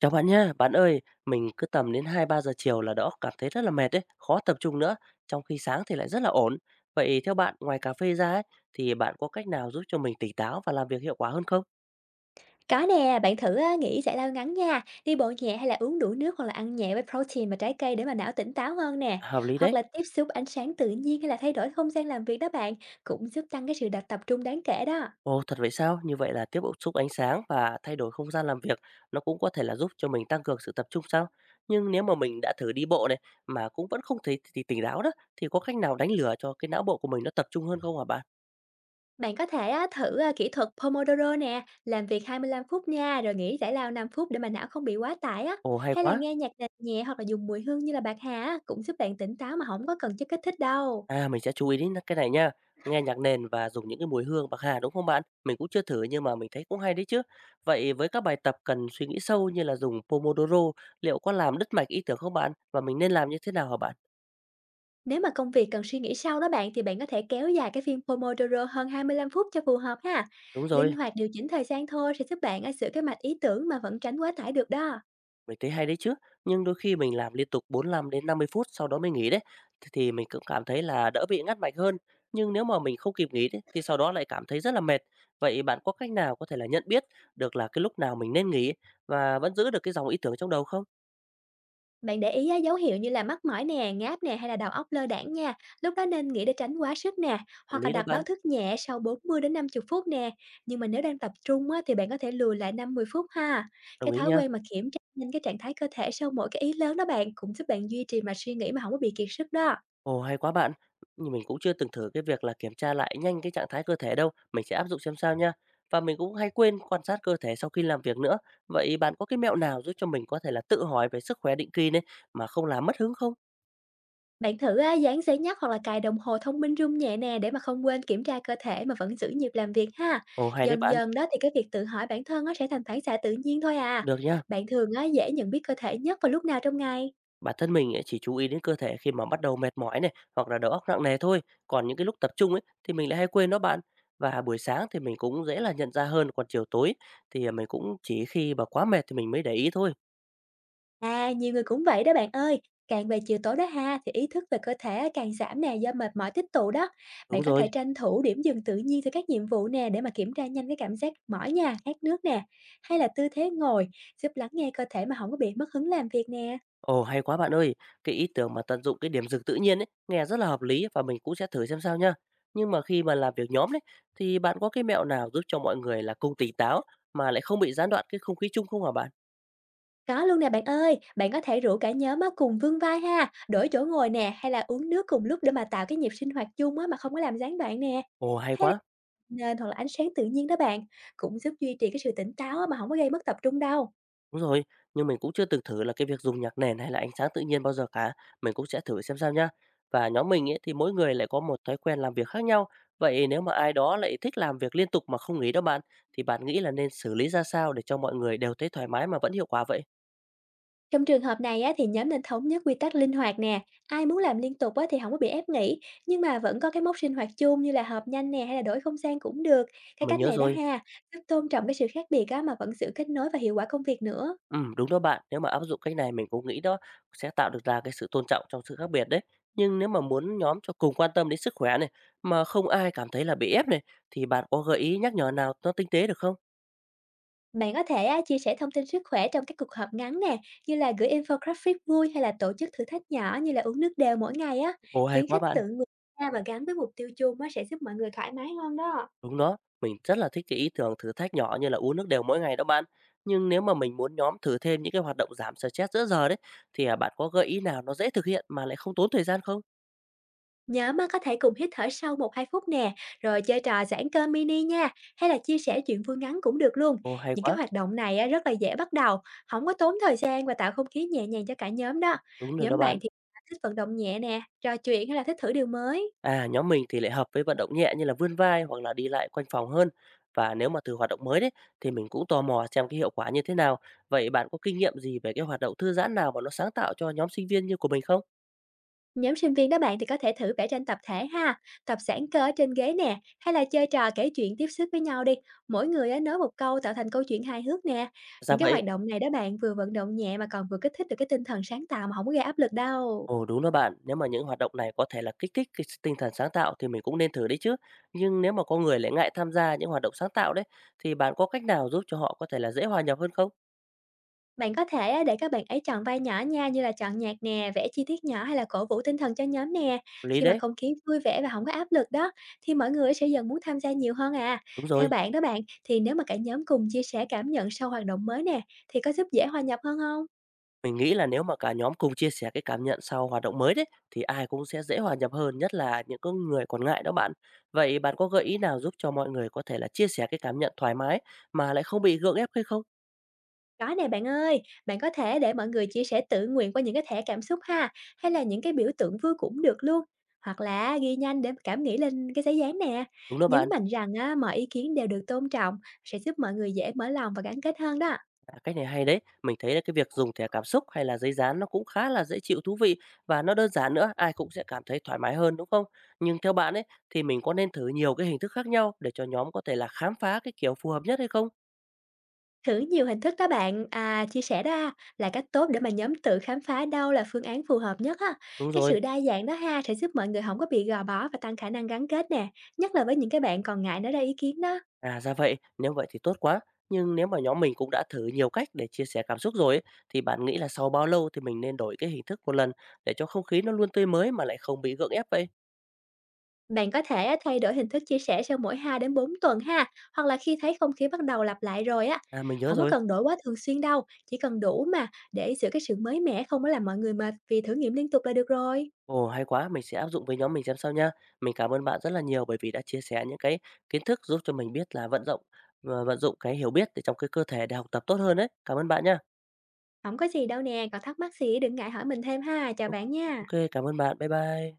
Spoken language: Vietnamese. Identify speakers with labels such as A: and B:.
A: Chào bạn nha, bạn ơi, mình cứ tầm đến hai ba giờ chiều là đó cảm thấy rất là mệt đấy, khó tập trung nữa, trong khi sáng thì lại rất là ổn. Vậy theo bạn, ngoài cà phê ra ấy, thì bạn có cách nào giúp cho mình tỉnh táo và làm việc hiệu quả hơn không?
B: Có nè, bạn thử á, nghỉ giải lao ngắn nha, đi bộ nhẹ hay là uống đủ nước hoặc là ăn nhẹ với protein và trái cây để mà não tỉnh táo hơn nè.
A: Hợp lý
B: Hoặc
A: đấy.
B: là tiếp xúc ánh sáng tự nhiên hay là thay đổi không gian làm việc đó bạn, cũng giúp tăng cái sự đặt tập trung đáng kể đó.
A: Ồ, thật vậy sao? Như vậy là tiếp ứng xúc ánh sáng và thay đổi không gian làm việc, nó cũng có thể là giúp cho mình tăng cường sự tập trung sao? Nhưng nếu mà mình đã thử đi bộ này mà cũng vẫn không thấy thì tỉnh táo đó, thì có cách nào đánh lừa cho cái não bộ của mình nó tập trung hơn không hả bạn?
B: Bạn có thể á, thử à, kỹ thuật Pomodoro nè, làm việc 25 phút nha, rồi nghỉ giải lao 5 phút để mà não không bị quá tải á.
A: Ồ, hay
B: Hay là
A: quá.
B: nghe nhạc nền nhẹ hoặc là dùng mùi hương như là bạc hà á, cũng giúp bạn tỉnh táo mà không có cần chất kích thích đâu.
A: À, mình sẽ chú ý đến cái này nha. Nghe nhạc nền và dùng những cái mùi hương bạc hà, đúng không bạn? Mình cũng chưa thử nhưng mà mình thấy cũng hay đấy chứ. Vậy với các bài tập cần suy nghĩ sâu như là dùng Pomodoro, liệu có làm đứt mạch ý tưởng không bạn? Và mình nên làm như thế nào hả bạn?
B: Nếu mà công việc cần suy nghĩ sâu đó bạn thì bạn có thể kéo dài cái phiên Pomodoro hơn 25 phút cho phù hợp ha.
A: Đúng
B: Linh
A: rồi,
B: hoạt điều chỉnh thời gian thôi sẽ giúp bạn à, sửa cái mạch ý tưởng mà vẫn tránh quá tải được đó.
A: mình thấy hay đấy chứ. Nhưng đôi khi mình làm liên tục 45 đến 50 phút sau đó mới nghỉ đấy, thì mình cũng cảm thấy là đỡ bị ngắt mạch hơn. Nhưng nếu mà mình không kịp nghỉ đấy, thì sau đó lại cảm thấy rất là mệt. Vậy bạn có cách nào có thể là nhận biết được là cái lúc nào mình nên nghỉ và vẫn giữ được cái dòng ý tưởng trong đầu không?
B: Bạn để ý á, dấu hiệu như là mắt mỏi nè, ngáp nè hay là đầu óc lơ đãng nha. Lúc đó nên nghĩ để tránh quá sức nè,
A: Hợp
B: hoặc là
A: lý đó
B: đặt báo
A: bạn,
B: thức nhẹ sau 40 đến 50 phút nè. Nhưng mà nếu đang tập trung á, thì bạn có thể lùi lại 50 phút ha.
A: đồng
B: Cái
A: ý
B: thói
A: nhá.
B: quen mà kiểm tra nhanh cái trạng thái cơ thể sau mỗi cái ý lớn đó bạn cũng giúp bạn duy trì mà suy nghĩ mà không có bị kiệt sức đó.
A: Ồ, hay quá bạn. Nhưng mình cũng chưa từng thử cái việc là kiểm tra lại nhanh cái trạng thái cơ thể đâu, mình sẽ áp dụng xem sao nha. Và mình cũng hay quên quan sát cơ thể sau khi làm việc nữa. Vậy bạn có cái mẹo nào giúp cho mình có thể là tự hỏi về sức khỏe định kỳ đấy mà không làm mất hứng không?
B: Bạn thử á, dán giấy nhắc hoặc là cài đồng hồ thông minh rung nhẹ nè để mà không quên kiểm tra cơ thể mà vẫn giữ nhịp làm việc ha.
A: Ồ, hay đấy
B: Dần
A: bạn.
B: dần đó thì cái việc tự hỏi bản thân nó sẽ thành phản xạ tự nhiên thôi à.
A: Được nhá.
B: Bạn thường á, dễ nhận biết cơ thể nhất vào lúc nào trong ngày.
A: Bản thân mình ấy chỉ chú ý đến cơ thể khi mà bắt đầu mệt mỏi này, hoặc là đầu óc nặng nề thôi. Còn những cái lúc tập trung ấy thì mình lại hay quên đó bạn. Và buổi sáng thì mình cũng dễ là nhận ra hơn, còn chiều tối thì à, mình cũng chỉ khi mà quá mệt thì mình mới để ý thôi.
B: À, nhiều người cũng vậy đó bạn ơi. Càng về chiều tối đó ha thì ý thức về cơ thể á, càng giảm nè do mệt mỏi tích tụ đó. Bạn
A: Đúng
B: có thể
A: rồi.
B: tranh thủ điểm dừng tự nhiên từ các nhiệm vụ nè để mà kiểm tra nhanh cái cảm giác mỏi nha, khát nước nè, hay là tư thế ngồi giúp lắng nghe cơ thể mà không có bị mất hứng làm việc nè.
A: Ồ, hay quá bạn ơi! Cái ý tưởng mà tận dụng cái điểm dừng tự nhiên ấy, nghe rất là hợp lý, và mình cũng sẽ thử xem sao nha. Nhưng mà khi mà làm việc nhóm đấy, thì bạn có cái mẹo nào giúp cho mọi người là cùng tỉnh táo mà lại không bị gián đoạn cái không khí chung không hả bạn?
B: Có luôn nè bạn ơi, bạn có thể rủ cả nhóm á cùng vươn vai ha, đổi chỗ ngồi nè hay là uống nước cùng lúc để mà tạo cái nhịp sinh hoạt chung á mà không có làm gián đoạn nè,
A: Ồ, hay quá!
B: nên hoặc là ánh sáng tự nhiên đó bạn, cũng giúp duy trì cái sự tỉnh táo á mà không có gây mất tập trung đâu.
A: Đúng rồi, nhưng mình cũng chưa từng thử là cái việc dùng nhạc nền hay là ánh sáng tự nhiên bao giờ cả, mình cũng sẽ thử xem sao nha. Và nhóm mình ấy thì mỗi người lại có một thói quen làm việc khác nhau, vậy nếu mà ai đó lại thích làm việc liên tục mà không nghỉ đó bạn, thì bạn nghĩ là nên xử lý ra sao để cho mọi người đều thấy thoải mái mà vẫn hiệu quả vậy?
B: Trong trường hợp này á thì nhóm nên thống nhất quy tắc linh hoạt nè, ai muốn làm liên tục á thì không có bị ép nghỉ, nhưng mà vẫn có cái mốc sinh hoạt chung như là họp nhanh nè hay là đổi không gian cũng được. Cái
A: Mình
B: cách
A: nhớ
B: này đó
A: rồi.
B: ha, giúp tôn trọng cái sự khác biệt á mà vẫn giữ kết nối và hiệu quả công việc nữa.
A: Đúng đó bạn. Nếu mà áp dụng cách này, mình cũng nghĩ đó sẽ tạo được ra cái sự tôn trọng trong sự khác biệt đấy. Nhưng nếu mà muốn nhóm cho cùng quan tâm đến sức khỏe này, mà không ai cảm thấy là bị ép này, thì bạn có gợi ý nhắc nhở nào nó tinh tế được không?
B: Bạn có thể á, chia sẻ thông tin sức khỏe trong các cuộc họp ngắn nè, như là gửi infographic vui hay là tổ chức thử thách nhỏ như là uống nước đều mỗi ngày á,
A: Ồ, hay
B: khuyến
A: quá
B: khích tự
A: bạn.
B: nguyện ra và gắn với mục tiêu chung á sẽ giúp mọi người thoải mái hơn đó.
A: Đúng đó, mình rất là thích cái ý tưởng thử thách nhỏ như là uống nước đều mỗi ngày đó bạn. Nhưng nếu mà mình muốn nhóm thử thêm những cái hoạt động giảm stress giữa giờ đấy, thì à, bạn có gợi ý nào nó dễ thực hiện mà lại không tốn thời gian không?
B: Nhóm á, có thể cùng hít thở sâu 1 2 phút nè, rồi chơi trò giãn cơ mini nha, hay là chia sẻ chuyện vui ngắn cũng được luôn.
A: Ồ, hay
B: Những cái
A: quá.
B: hoạt động này á, rất là dễ bắt đầu, không có tốn thời gian và tạo không khí nhẹ nhàng cho cả nhóm đó.
A: Đúng rồi đó
B: Nhóm bạn
A: bạn.
B: thì thích vận động nhẹ nè, trò chuyện hay là thích thử điều mới.
A: À, nhóm mình thì lại hợp với vận động nhẹ như là vươn vai hoặc là đi lại quanh phòng hơn. Và nếu mà thử hoạt động mới đấy thì mình cũng tò mò xem cái hiệu quả như thế nào. Vậy bạn có kinh nghiệm gì về cái hoạt động thư giãn nào mà nó sáng tạo cho nhóm sinh viên như của mình không?
B: Nhóm sinh viên đó bạn thì có thể thử vẽ tranh tập thể ha, tập giãn cơ ở trên ghế nè, hay là chơi trò kể chuyện tiếp sức với nhau đi. Mỗi người á, nói một câu tạo thành câu chuyện hài hước nè.
A: Ra
B: Những cái
A: vậy.
B: hoạt động này đó bạn vừa vận động nhẹ mà còn vừa kích thích được cái tinh thần sáng tạo mà không có gây áp lực đâu.
A: Ồ, đúng đó bạn, nếu mà những hoạt động này có thể là kích thích tinh thần sáng tạo thì mình cũng nên thử đấy chứ. Nhưng nếu mà có người lại ngại tham gia những hoạt động sáng tạo đấy, thì bạn có cách nào giúp cho họ có thể là dễ hòa nhập hơn không?
B: Bạn có thể á, để các bạn ấy chọn vai nhỏ nha, như là chọn nhạc nè, vẽ chi tiết nhỏ hay là cổ vũ tinh thần cho nhóm nè.
A: Lý
B: Khi mà
A: đấy.
B: không khí vui vẻ và không có áp lực đó, thì mọi người sẽ dần muốn tham gia nhiều hơn à.
A: Đúng
B: Theo
A: rồi.
B: bạn đó bạn, thì nếu mà cả nhóm cùng chia sẻ cảm nhận sau hoạt động mới nè, thì có giúp dễ hòa nhập hơn không?
A: Mình nghĩ là nếu mà cả nhóm cùng chia sẻ cái cảm nhận sau hoạt động mới đấy, thì ai cũng sẽ dễ hòa nhập hơn, nhất là những cái người còn ngại đó bạn. Vậy bạn có gợi ý nào giúp cho mọi người có thể là chia sẻ cái cảm nhận thoải mái mà lại không bị gượng ép hay không?
B: Có nè bạn ơi, bạn có thể để mọi người chia sẻ tự nguyện qua những cái thẻ cảm xúc ha, hay là những cái biểu tượng vui cũng được luôn. Hoặc là ghi nhanh để cảm nghĩ lên cái giấy dán nè.
A: Đúng đó
B: Nhấn
A: bạn.
B: mạnh rằng á, mọi ý kiến đều được tôn trọng, sẽ giúp mọi người dễ mở lòng và gắn kết hơn đó.
A: À, cách này hay đấy, mình thấy là cái việc dùng thẻ cảm xúc hay là giấy dán nó cũng khá là dễ chịu, thú vị, và nó đơn giản nữa, ai cũng sẽ cảm thấy thoải mái hơn đúng không? Nhưng theo bạn ấy thì mình có nên thử nhiều cái hình thức khác nhau để cho nhóm có thể là khám phá cái kiểu phù hợp nhất hay không?
B: Thử nhiều hình thức đó bạn, à, chia sẻ đó là cách tốt để mà nhóm tự khám phá đâu là phương án phù hợp nhất á.
A: Đúng
B: Cái
A: rồi.
B: sự đa dạng đó ha sẽ giúp mọi người không có bị gò bó và tăng khả năng gắn kết nè, nhất là với những cái bạn còn ngại nói ra ý kiến đó.
A: À, ra vậy, nếu vậy thì tốt quá. Nhưng nếu mà nhóm mình cũng đã thử nhiều cách để chia sẻ cảm xúc rồi ấy, thì bạn nghĩ là sau bao lâu thì mình nên đổi cái hình thức một lần để cho không khí nó luôn tươi mới mà lại không bị gượng ép vậy?
B: Bạn có thể á, thay đổi hình thức chia sẻ sau mỗi 2 đến 4 tuần ha, hoặc là khi thấy không khí bắt đầu lặp lại rồi á.
A: À, mình nhớ
B: Không có
A: rồi.
B: cần đổi quá thường xuyên đâu, chỉ cần đủ mà để giữ cái sự mới mẻ không có làm mọi người mệt vì thử nghiệm liên tục là được rồi.
A: Ồ, hay quá, mình sẽ áp dụng với nhóm mình xem sao nha. Mình cảm ơn bạn rất là nhiều bởi vì đã chia sẻ những cái kiến thức giúp cho mình biết là vận dụng cái hiểu biết để trong cái cơ thể để học tập tốt hơn đấy. Cảm ơn bạn nha.
B: Không có gì đâu nè, còn thắc mắc gì đừng ngại hỏi mình thêm ha, chào bạn nha.
A: Ok, cảm ơn bạn. Bye bye.